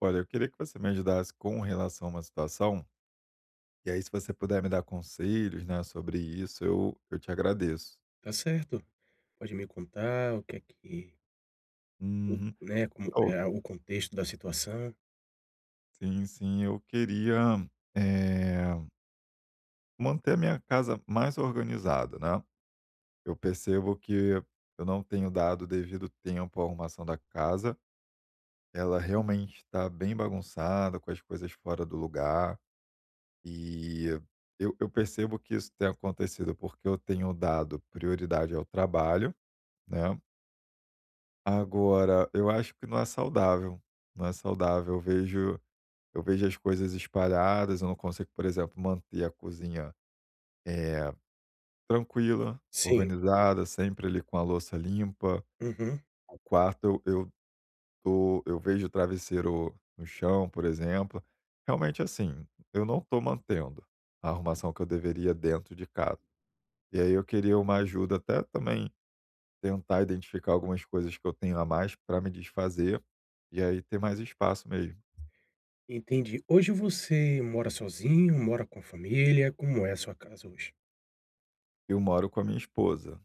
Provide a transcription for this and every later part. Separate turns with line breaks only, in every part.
Olha, eu queria que você me ajudasse com relação a uma situação, e aí se você puder me dar conselhos, né, sobre isso, eu te agradeço.
Tá certo. Pode me contar o que é que o
Uhum.
né, como
Oh,
é o contexto da situação?
sim, sim, eu queria eh, manter a minha casa mais organizada, né? Eu percebo que eu não tenho dado o devido tempo à arrumação da casa. Ela realmente está bem bagunçada, com as coisas fora do lugar. E eu percebo que isso tem acontecido porque eu tenho dado prioridade ao trabalho, né. Agora, eu acho que não é saudável, não é saudável. Eu vejo as coisas espalhadas, eu não consigo, por exemplo, manter a cozinha, eh, tranquila,
Sim.
organizada, sempre ali com a louça limpa.
Uhum.
O quarto eu vejo o travesseiro no chão, por exemplo. Realmente, assim, eu não estou mantendo a arrumação que eu deveria dentro de casa. E aí eu queria uma ajuda até também tentar identificar algumas coisas que eu tenho a mais para me desfazer, e aí ter mais espaço mesmo.
Entendi. Hoje você mora sozinho, mora com a família? Como é a sua casa hoje?
Eu moro com a minha esposa,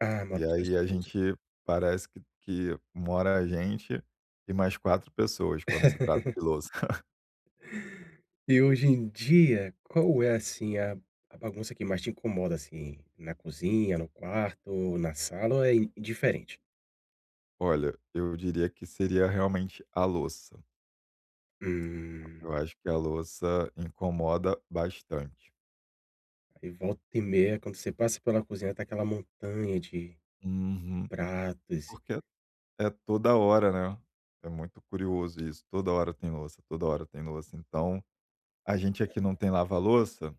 Ah, mora
e
com sua
aí a
esposa.
gente parece que mora a gente e mais 4 pessoas quando se trata de louça.
E hoje em dia, qual é, assim, a bagunça que mais te incomoda, assim? Na cozinha, no quarto, na sala ou é indiferente?
Olha, eu diria que seria realmente a louça.
Hum.
Eu acho que a louça incomoda bastante.
Aí volta e meia, quando você passa pela cozinha, tá aquela montanha de
Uhum.
pratos.
Porque é toda hora, né. É muito curioso isso, toda hora tem louça, toda hora tem louça. Então, a gente aqui não tem lava-louça.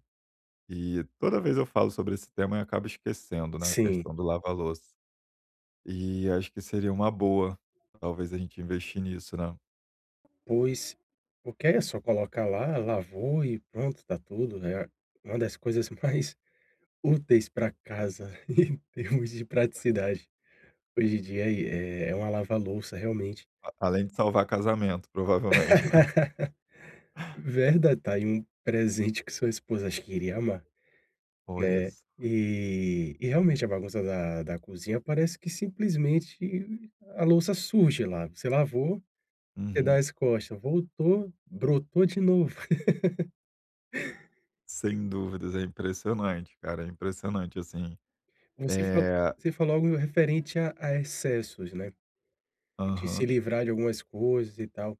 E toda vez eu falo sobre esse tema e acabo esquecendo, né, a
Sim.
questão do lava-louça. E acho que seria uma boa, talvez a gente investir nisso, né.
Pois, porque é só colocar lá, lavou e pronto, tá tudo. É uma das coisas mais úteis para casa em termos de praticidade. Hoje em dia é uma lava-louça realmente.
A Além de salvar casamento, provavelmente, né.
Verdade, tá aí um presente que sua esposa acho que iria amar,
Olha
né.
só.
E realmente a bagunça da cozinha parece que simplesmente a louça surge lá, você lavou, você dá
Uhum.
as costas, voltou, brotou de novo.
Sem dúvidas, é impressionante, cara, é impressionante, assim.
Você fa
É.
você falou algo referente a excessos, né, de
Aham.
se livrar de algumas coisas e tal.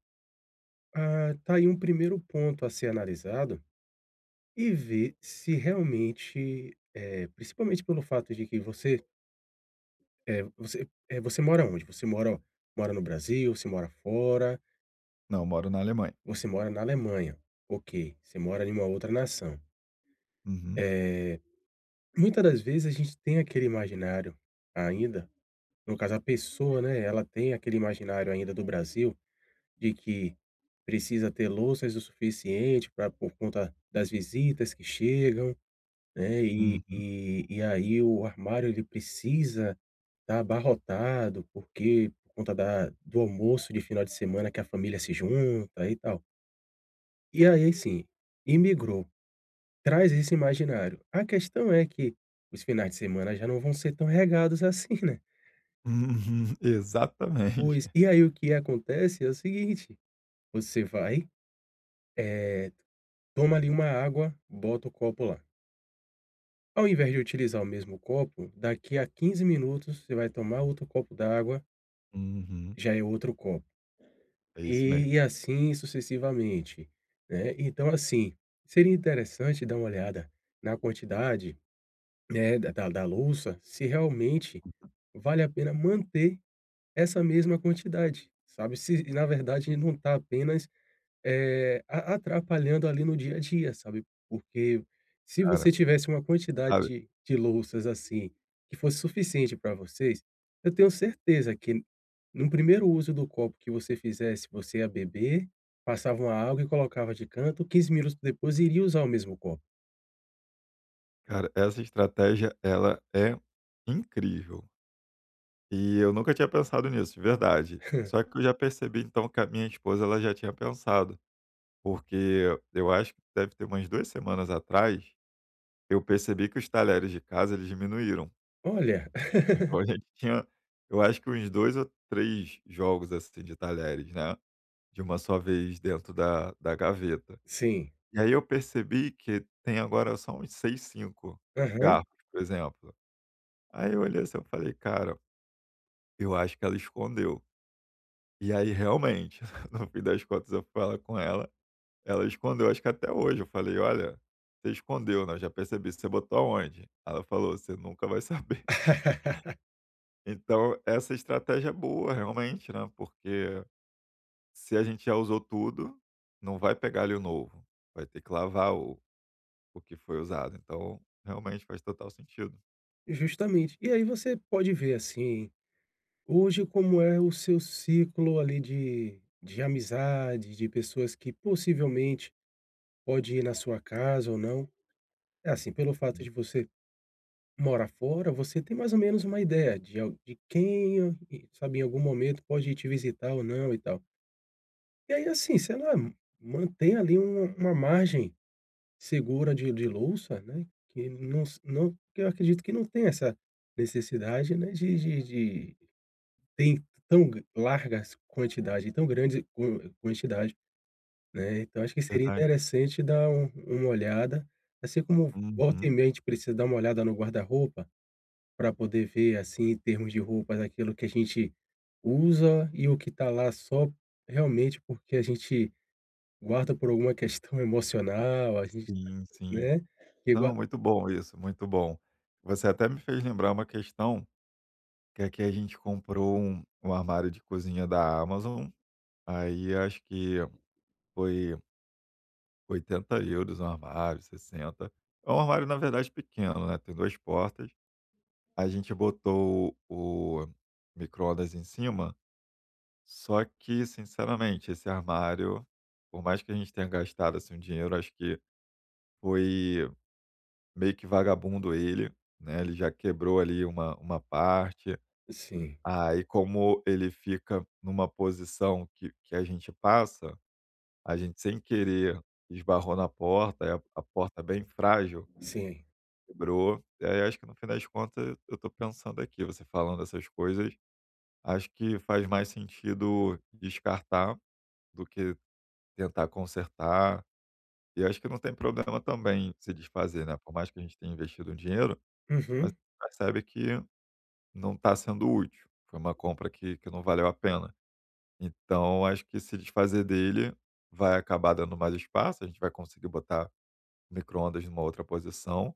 Ah, tá aí um primeiro ponto a ser analisado e ver se realmente, é principalmente pelo fato de que você mora onde? Você mora no Brasil, você mora fora,
Não, eu moro na Alemanha.
você mora na Alemanha, ok, você mora em uma outra nação.
Uhum,
Eh, Muita das vezes a gente tem aquele imaginário ainda, no caso a pessoa, né, ela tem aquele imaginário ainda do Brasil. De que precisa ter louças o suficiente para por conta das visitas que chegam, né,
uhum,
e
uhum,
e e aí o armário ele precisa estar abarrotado, porque por conta da do almoço de final de semana que a família se junta e tal. E aí sim, imigrou, traz esse imaginário. A questão é que os finais de semana já não vão ser tão regados assim, né. Pois,
exatamente.
e aí o que acontece é o seguinte, você vai, eh toma ali uma água, bota o copo lá. Ao invés de utilizar o mesmo copo, daqui a 15 minutos você vai tomar outro copo d'água,
Uhum,
já é outro copo.
é isso mesmo.
E assim sucessivamente, né. Então assim, seria interessante dar uma olhada na quantidade, né, da louça, se realmente vale a pena manter essa mesma quantidade, sabe. Se na verdade não está apenas a atrapalhando ali no dia a dia, sabe, porque se
Cara,
você tivesse uma quantidade
sabe,
de louças, assim, que fosse suficiente para vocês, eu tenho certeza que no primeiro uso do copo que você fizesse, você ia beber, passava uma água e colocava de canto, 15 minutos depois iria usar o mesmo copo.
cara, essa estratégia, ela é incrível. E eu nunca tinha pensado nisso, de verdade. Só que eu já percebi então que a minha esposa ela já tinha pensado, porque eu acho que deve ter umas 2 semanas atrás, eu percebi que os talheres de casa eles diminuíram.
Olha.
Então a gente tinha, eu acho que uns 2 ou 3 jogos assim de talheres, né, de uma só vez dentro da gaveta.
Sim.
E aí eu percebi que tem agora só uns 6 5
Aham.
garfos, por exemplo. Aí eu olhei assim, eu falei: "Cara, eu acho que ela escondeu". E aí, realmente, no fim das contas, eu fui falar com ela, ela escondeu, acho que até hoje. Eu falei: "Olha, você escondeu, né, eu já percebi, você botou aonde?" Ela falou: "Você nunca vai saber". Então, essa estratégia é boa, realmente, né, porque se a gente já usou tudo, não vai pegar ali o novo, vai ter que lavar o que foi usado. Então, realmente faz total sentido.
Justamente. E aí você pode ver, assim. Hoje, como é o seu ciclo ali de amizade, de pessoas que possivelmente pode ir na sua casa ou não? É assim, pelo fato
Hum,
de você morar fora, você tem mais ou menos uma ideia de quem, eh, e sabe, em algum momento pode ir te visitar ou não e tal. E aí, assim, sei lá, mantém ali uma margem segura de louça, né, que não se não que eu acredito que não tem essa necessidade, né, de Tem tão g largas quantidade, tão grande quan quantidade, né, então acho que
é
seria
verdade.
interessante dar uma olhada, assim como volta e
Uhum.
meia a gente precisa dar uma olhada no guarda-roupa, para poder ver, assim, em termos de roupas, aquilo que a gente usa e o que está lá só realmente porque a gente guarda por alguma questão emocional, a gente,
Sim, sim.
né, que gua
Não, muito bom isso, muito bom. Você até me fez lembrar uma questão. Que aqui a gente comprou um armário de cozinha da Amazon, aí acho que foi 80 euros um armário, 60. É um armário, na verdade, pequeno, né, tem 2 portas. A gente botou o micro-ondas em cima, só que, sinceramente, esse armário, por mais que a gente tenha gastado, assim, um dinheiro, acho que foi meio que vagabundo ele, né, ele já quebrou ali uma parte.
sim,
Aí, como ele fica numa posição que a gente passa, a gente sem querer esbarrou na porta, aí a porta bem frágil,
sim.
quebrou, e aí acho que no fim das contas eu tô pensando aqui, você falando essas coisas, acho que faz mais sentido descartar do que tentar consertar, e acho que não tem problema também se desfazer, né, por mais que a gente tenha investido um dinheiro, mas
Uhum,
percebe que não está sendo útil, foi uma compra que não valeu a pena. Então, acho que se desfazer dele vai acabar dando mais espaço, a gente vai conseguir botar micro-ondas numa outra posição.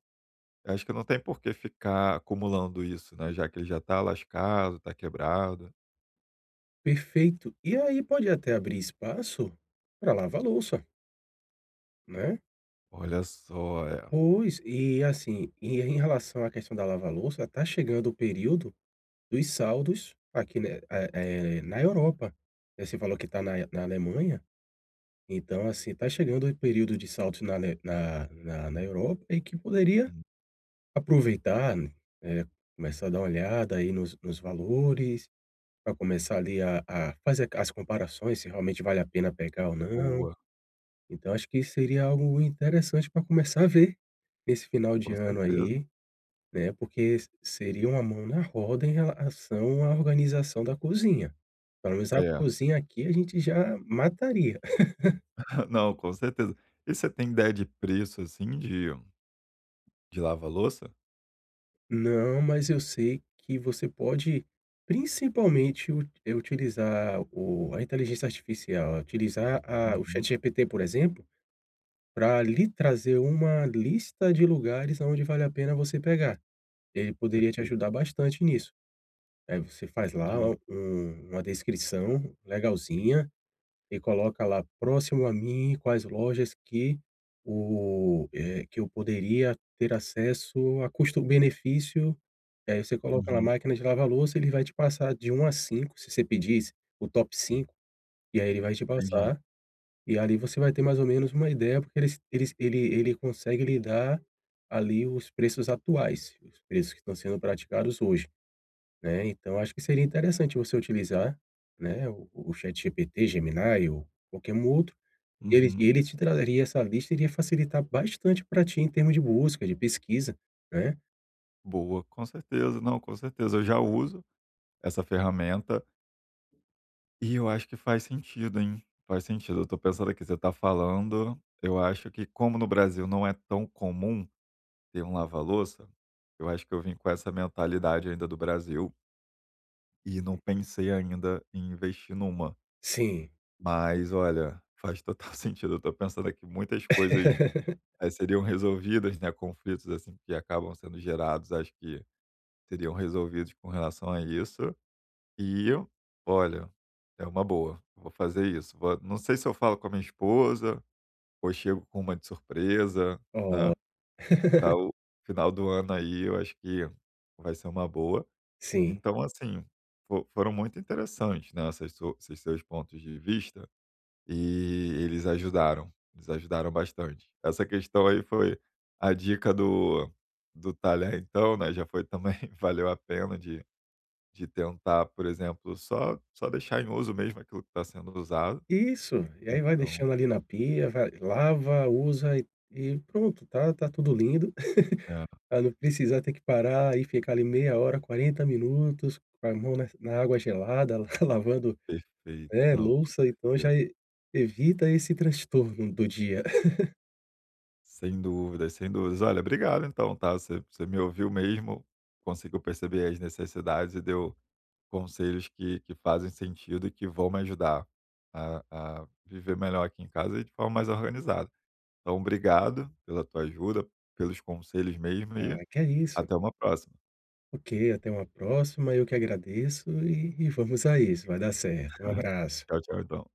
Acho que não tem por que ficar acumulando isso, né, já que ele já está lascado, está quebrado.
perfeito. E aí pode até abrir espaço para lavar louça, né?
Olha só, é.
Pois, e assim, e em relação à questão da lava-louça, tá chegando o período dos saldos aqui, né, na Europa. Eh, você falou que tá na Alemanha, então, assim, tá chegando o período de saldos na Ale na na na Europa e que poderia
Hum,
aproveitar, né, eh, começar a dar uma olhada aí nos valores, para começar ali a fazer as comparações, se realmente vale a pena pegar ou não.
boa,
Então acho que seria algo interessante para começar a ver nesse final de
com
ano
certeza.
aí. Né, porque seria uma mão na roda em relação à organização da cozinha. Pelo menos a
É.
cozinha aqui a gente já mataria.
Não, com certeza. E você tem ideia de preço, assim, de lava-louça?
Não, mas eu sei que você pode principalmente utilizar o a inteligência artificial, utilizar a o
Uhum,
ChatGPT, por exemplo, para lhe trazer uma lista de lugares aonde vale a pena você pegar. Ele poderia te
perfeito,
ajudar bastante nisso. Aí você faz lá
entendi.
uma descrição legalzinha. E coloca lá: "Próximo a mim, quais lojas que eu poderia ter acesso a custo-benefício". E aí você coloca na
Uhum,
máquina de lavar louça, ele vai te passar de um a 5 se você pedisse o top 5 e aí ele vai te
entendi.
passar, e ali você vai ter mais ou menos uma ideia, porque ele consegue lhe dar ali os preços atuais, os preços que estão sendo praticados hoje, né. Então acho que seria interessante você utilizar, né, o ChatGPT, Gemini ou qualquer um outro
Uhum,
ele te traria essa lista, iria facilitar bastante para ti em termos de busca, de pesquisa, né.
boa, com certeza. Não, com certeza, eu já uso essa ferramenta. E eu acho que faz sentido, hein. Faz sentido. Eu tô pensando aqui, você tá falando, eu acho que como no Brasil não é tão comum ter um lava-louça, eu acho que eu vim com essa mentalidade ainda do Brasil e não pensei ainda em investir numa.
Sim.
Mas olha, faz total sentido. Eu tô pensando aqui muitas coisas, seriam resolvidas, né, conflitos, assim, que acabam sendo gerados, acho que seriam resolvidos com relação a isso. E eu olha, é uma boa, vou fazer isso, vou não sei se eu falo com a minha esposa ou chego com uma de surpresa,
Ó.
né, tá o final do ano aí, eu acho que vai ser uma boa.
Sim.
Então, assim, fo foram muito interessantes, né, essas su esses seus pontos de vista e eles ajudaram bastante. Essa questão aí foi a dica do talher então, né, já foi também valeu a pena de tentar, por exemplo, só deixar em uso mesmo aquilo que está sendo usado.
Isso. E aí vai
Então
deixando ali na pia, vai lava, usa e pronto, tá tudo lindo,
é,
pra não precisar ter que parar e ficar ali meia hora, 40 minutos com a mão na água gelada, la lavando,
perfeito.
né,
Não, com
louça. Então já
certeza.
evita esse transtorno do dia.
Sem dúvidas, sem dúvidas. Olha, obrigado então, tá. Você me ouviu mesmo, conseguiu perceber as necessidades e deu conselhos que fazem sentido e que vão me ajudar a viver melhor aqui em casa e de forma mais organizada. Então obrigado pela tua ajuda, pelos conselhos mesmo e
Ah, que é isso.
até uma próxima.
Ok, até uma próxima. Eu que agradeço e vamos a isso. Vai dar certo. Um abraço.
Tchau, tchau, então.